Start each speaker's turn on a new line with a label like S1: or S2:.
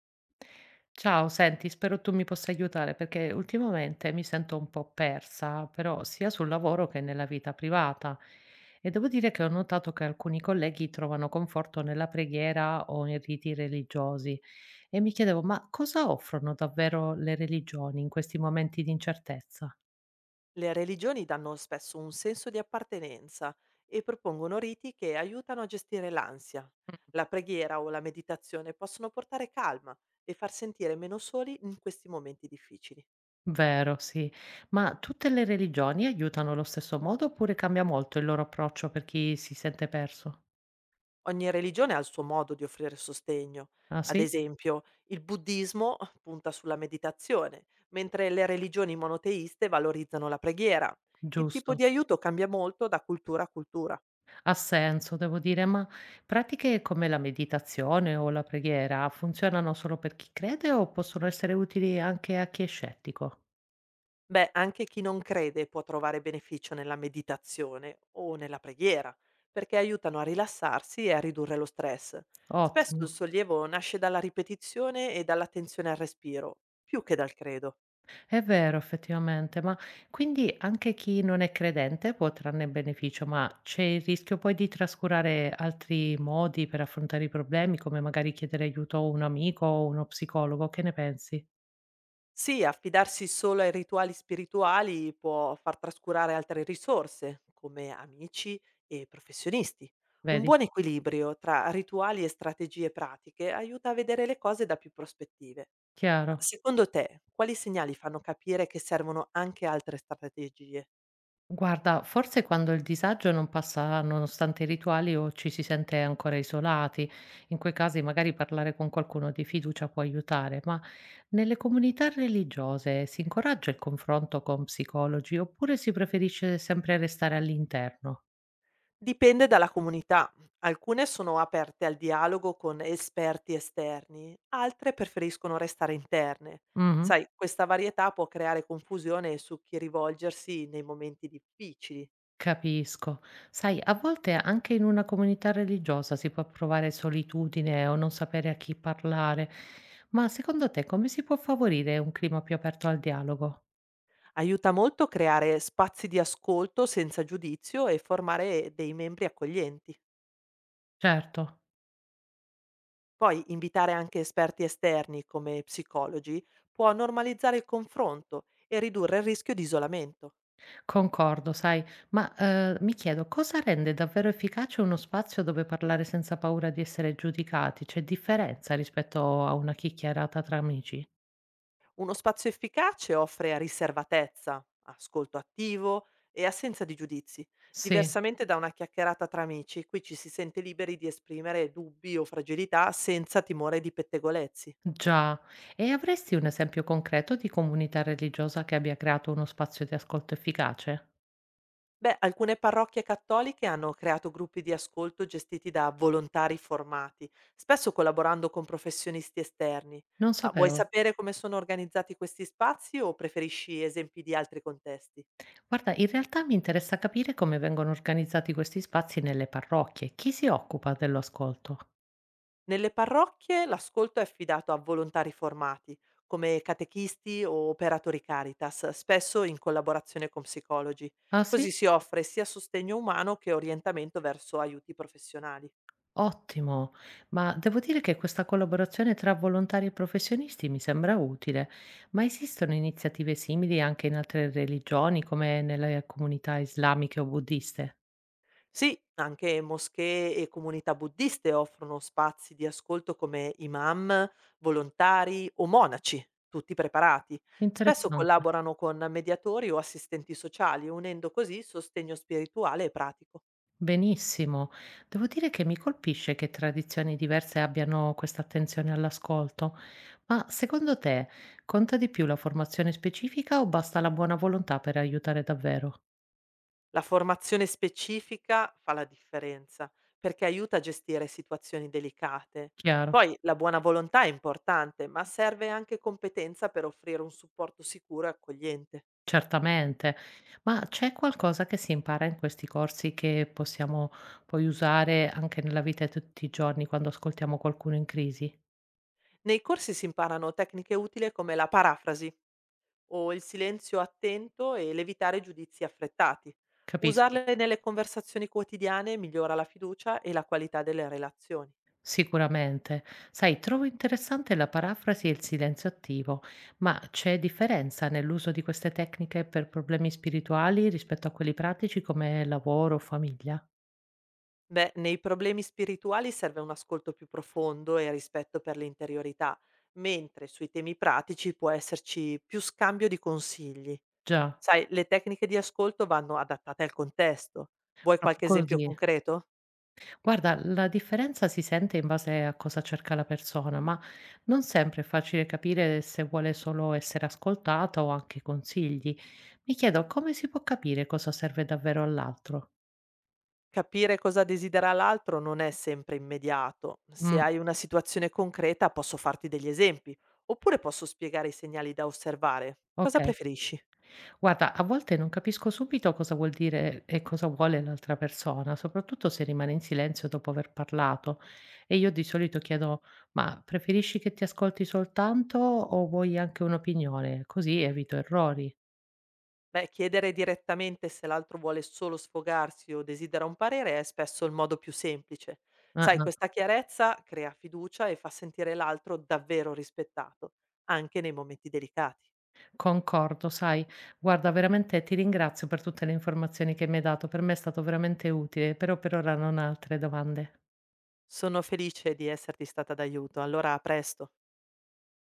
S1: Ciao, senti, spero tu mi possa aiutare perché ultimamente mi sento un po' persa, però sia sul lavoro che nella vita privata. E devo dire che ho notato che alcuni colleghi trovano conforto nella preghiera o in riti religiosi. E mi chiedevo, ma cosa offrono davvero le religioni in questi momenti di incertezza?
S2: Le religioni danno spesso un senso di appartenenza e propongono riti che aiutano a gestire l'ansia. La preghiera o la meditazione possono portare calma e far sentire meno soli in questi momenti difficili.
S1: Vero, sì. Ma tutte le religioni aiutano allo stesso modo oppure cambia molto il loro approccio per chi si sente perso?
S2: Ogni religione ha il suo modo di offrire sostegno.
S1: Ah
S2: Ad
S1: sì?
S2: esempio, il buddismo punta sulla meditazione, mentre le religioni monoteiste valorizzano la preghiera. Il tipo
S1: Giusto.
S2: di aiuto cambia molto da cultura a cultura.
S1: Ha senso, devo dire, ma pratiche come la meditazione o la preghiera funzionano solo per chi crede o possono essere utili anche a chi è scettico?
S2: Beh, anche chi non crede può trovare beneficio nella meditazione o nella preghiera, perché aiutano a rilassarsi e a ridurre lo stress. Spesso
S1: Ottimo,
S2: il sollievo nasce dalla ripetizione e dall'attenzione al respiro, più che dal credo.
S1: è vero effettivamente, ma quindi anche chi non è credente può trarne beneficio, ma c'è il rischio poi di trascurare altri modi per affrontare i problemi, come magari chiedere aiuto a un amico o uno psicologo, che ne pensi?
S2: Sì, affidarsi solo ai rituali spirituali può far trascurare altre risorse, come amici e professionisti. Un
S1: Vedi?
S2: buon equilibrio tra rituali e strategie pratiche aiuta a vedere le cose da più prospettive. Ma
S1: Chiaro.
S2: secondo te, quali segnali fanno capire che servono anche altre strategie?
S1: Guarda, forse quando il disagio non passa nonostante i rituali o ci si sente ancora isolati, in quei casi magari parlare con qualcuno di fiducia può aiutare, ma nelle comunità religiose si incoraggia il confronto con psicologi oppure si preferisce sempre restare all'interno?
S2: Dipende dalla comunità. Alcune sono aperte al dialogo con esperti esterni, altre preferiscono restare interne.
S1: Mhm,
S2: Sai, questa varietà può creare confusione su chi rivolgersi nei momenti difficili.
S1: capisco. Sai, a volte anche in una comunità religiosa si può provare solitudine o non sapere a chi parlare, ma secondo te come si può favorire un clima più aperto al dialogo?
S2: Aiuta molto creare spazi di ascolto senza giudizio e formare dei membri accoglienti.
S1: Certo.
S2: Poi invitare anche esperti esterni come psicologi può normalizzare il confronto e ridurre il rischio di isolamento.
S1: Concordo, sai, ma mi chiedo cosa rende davvero efficace uno spazio dove parlare senza paura di essere giudicati? C'è differenza rispetto a una chiacchierata tra amici?
S2: Uno spazio efficace offre riservatezza, ascolto attivo e assenza di giudizi.
S1: Sì,
S2: Diversamente da una chiacchierata tra amici, qui ci si sente liberi di esprimere dubbi o fragilità senza timore di pettegolezzi.
S1: già. E avresti un esempio concreto di comunità religiosa che abbia creato uno spazio di ascolto efficace?
S2: Beh, alcune parrocchie cattoliche hanno creato gruppi di ascolto gestiti da volontari formati, spesso collaborando con professionisti esterni.
S1: Non
S2: Ma vuoi
S1: sapevo.
S2: sapere come sono organizzati questi spazi o preferisci esempi di altri contesti?
S1: Guarda, in realtà mi interessa capire come vengono organizzati questi spazi nelle parrocchie. Chi si occupa dell'ascolto?
S2: Nelle parrocchie l'ascolto è affidato a volontari formati, come catechisti o operatori Caritas, spesso in collaborazione con psicologi.
S1: Ah
S2: Così
S1: sì?
S2: si offre sia sostegno umano che orientamento verso aiuti professionali.
S1: Ottimo, ma devo dire che questa collaborazione tra volontari e professionisti mi sembra utile, ma esistono iniziative simili anche in altre religioni, come nelle comunità islamiche o buddiste?
S2: Sì, anche moschee e comunità buddiste offrono spazi di ascolto come imam, volontari o monaci, tutti preparati. Spesso
S1: Interessante.
S2: collaborano con mediatori o assistenti sociali, unendo così sostegno spirituale e pratico.
S1: Benissimo. Devo dire che mi colpisce che tradizioni diverse abbiano questa attenzione all'ascolto, ma secondo te conta di più la formazione specifica o basta la buona volontà per aiutare davvero?
S2: La formazione specifica fa la differenza perché aiuta a gestire situazioni delicate.
S1: Chiaro.
S2: Poi la buona volontà è importante, ma serve anche competenza per offrire un supporto sicuro e accogliente.
S1: Certamente. Ma c'è qualcosa che si impara in questi corsi che possiamo poi usare anche nella vita di tutti i giorni quando ascoltiamo qualcuno in crisi?
S2: Nei corsi si imparano tecniche utili come la parafrasi o il silenzio attento e l'evitare giudizi affrettati.
S1: Capisco.
S2: Usarle nelle conversazioni quotidiane migliora la fiducia e la qualità delle relazioni.
S1: Sicuramente. Sai, trovo interessante la parafrasi e il silenzio attivo, ma c'è differenza nell'uso di queste tecniche per problemi spirituali rispetto a quelli pratici come lavoro o famiglia?
S2: Beh, nei problemi spirituali serve un ascolto più profondo e rispetto per l'interiorità, mentre sui temi pratici può esserci più scambio di consigli.
S1: Già,
S2: Sai, le tecniche di ascolto vanno adattate al contesto. Vuoi
S1: proprio
S2: qualche esempio
S1: così.
S2: concreto?
S1: Guarda, la differenza si sente in base a cosa cerca la persona, ma non sempre è facile capire se vuole solo essere ascoltata o anche consigli. Mi chiedo come si può capire cosa serve davvero all'altro.
S2: Capire cosa desidera l'altro non è sempre immediato. Se
S1: Mm,
S2: hai una situazione concreta posso farti degli esempi, oppure posso spiegare i segnali da osservare. Cosa
S1: ok,
S2: preferisci?
S1: guarda, a volte non capisco subito cosa vuol dire e cosa vuole l'altra persona, soprattutto se rimane in silenzio dopo aver parlato. E io di solito chiedo, ma preferisci che ti ascolti soltanto o vuoi anche un'opinione? Così evito errori.
S2: Beh, chiedere direttamente se l'altro vuole solo sfogarsi o desidera un parere è spesso il modo più semplice.
S1: Ah,
S2: Sai,
S1: ah.
S2: questa chiarezza crea fiducia e fa sentire l'altro davvero rispettato, anche nei momenti delicati.
S1: Concordo, sai, guarda veramente ti ringrazio per tutte le informazioni che mi hai dato, per me è stato veramente utile, però per ora non ho altre domande.
S2: Sono felice di esserti stata d'aiuto, allora a presto.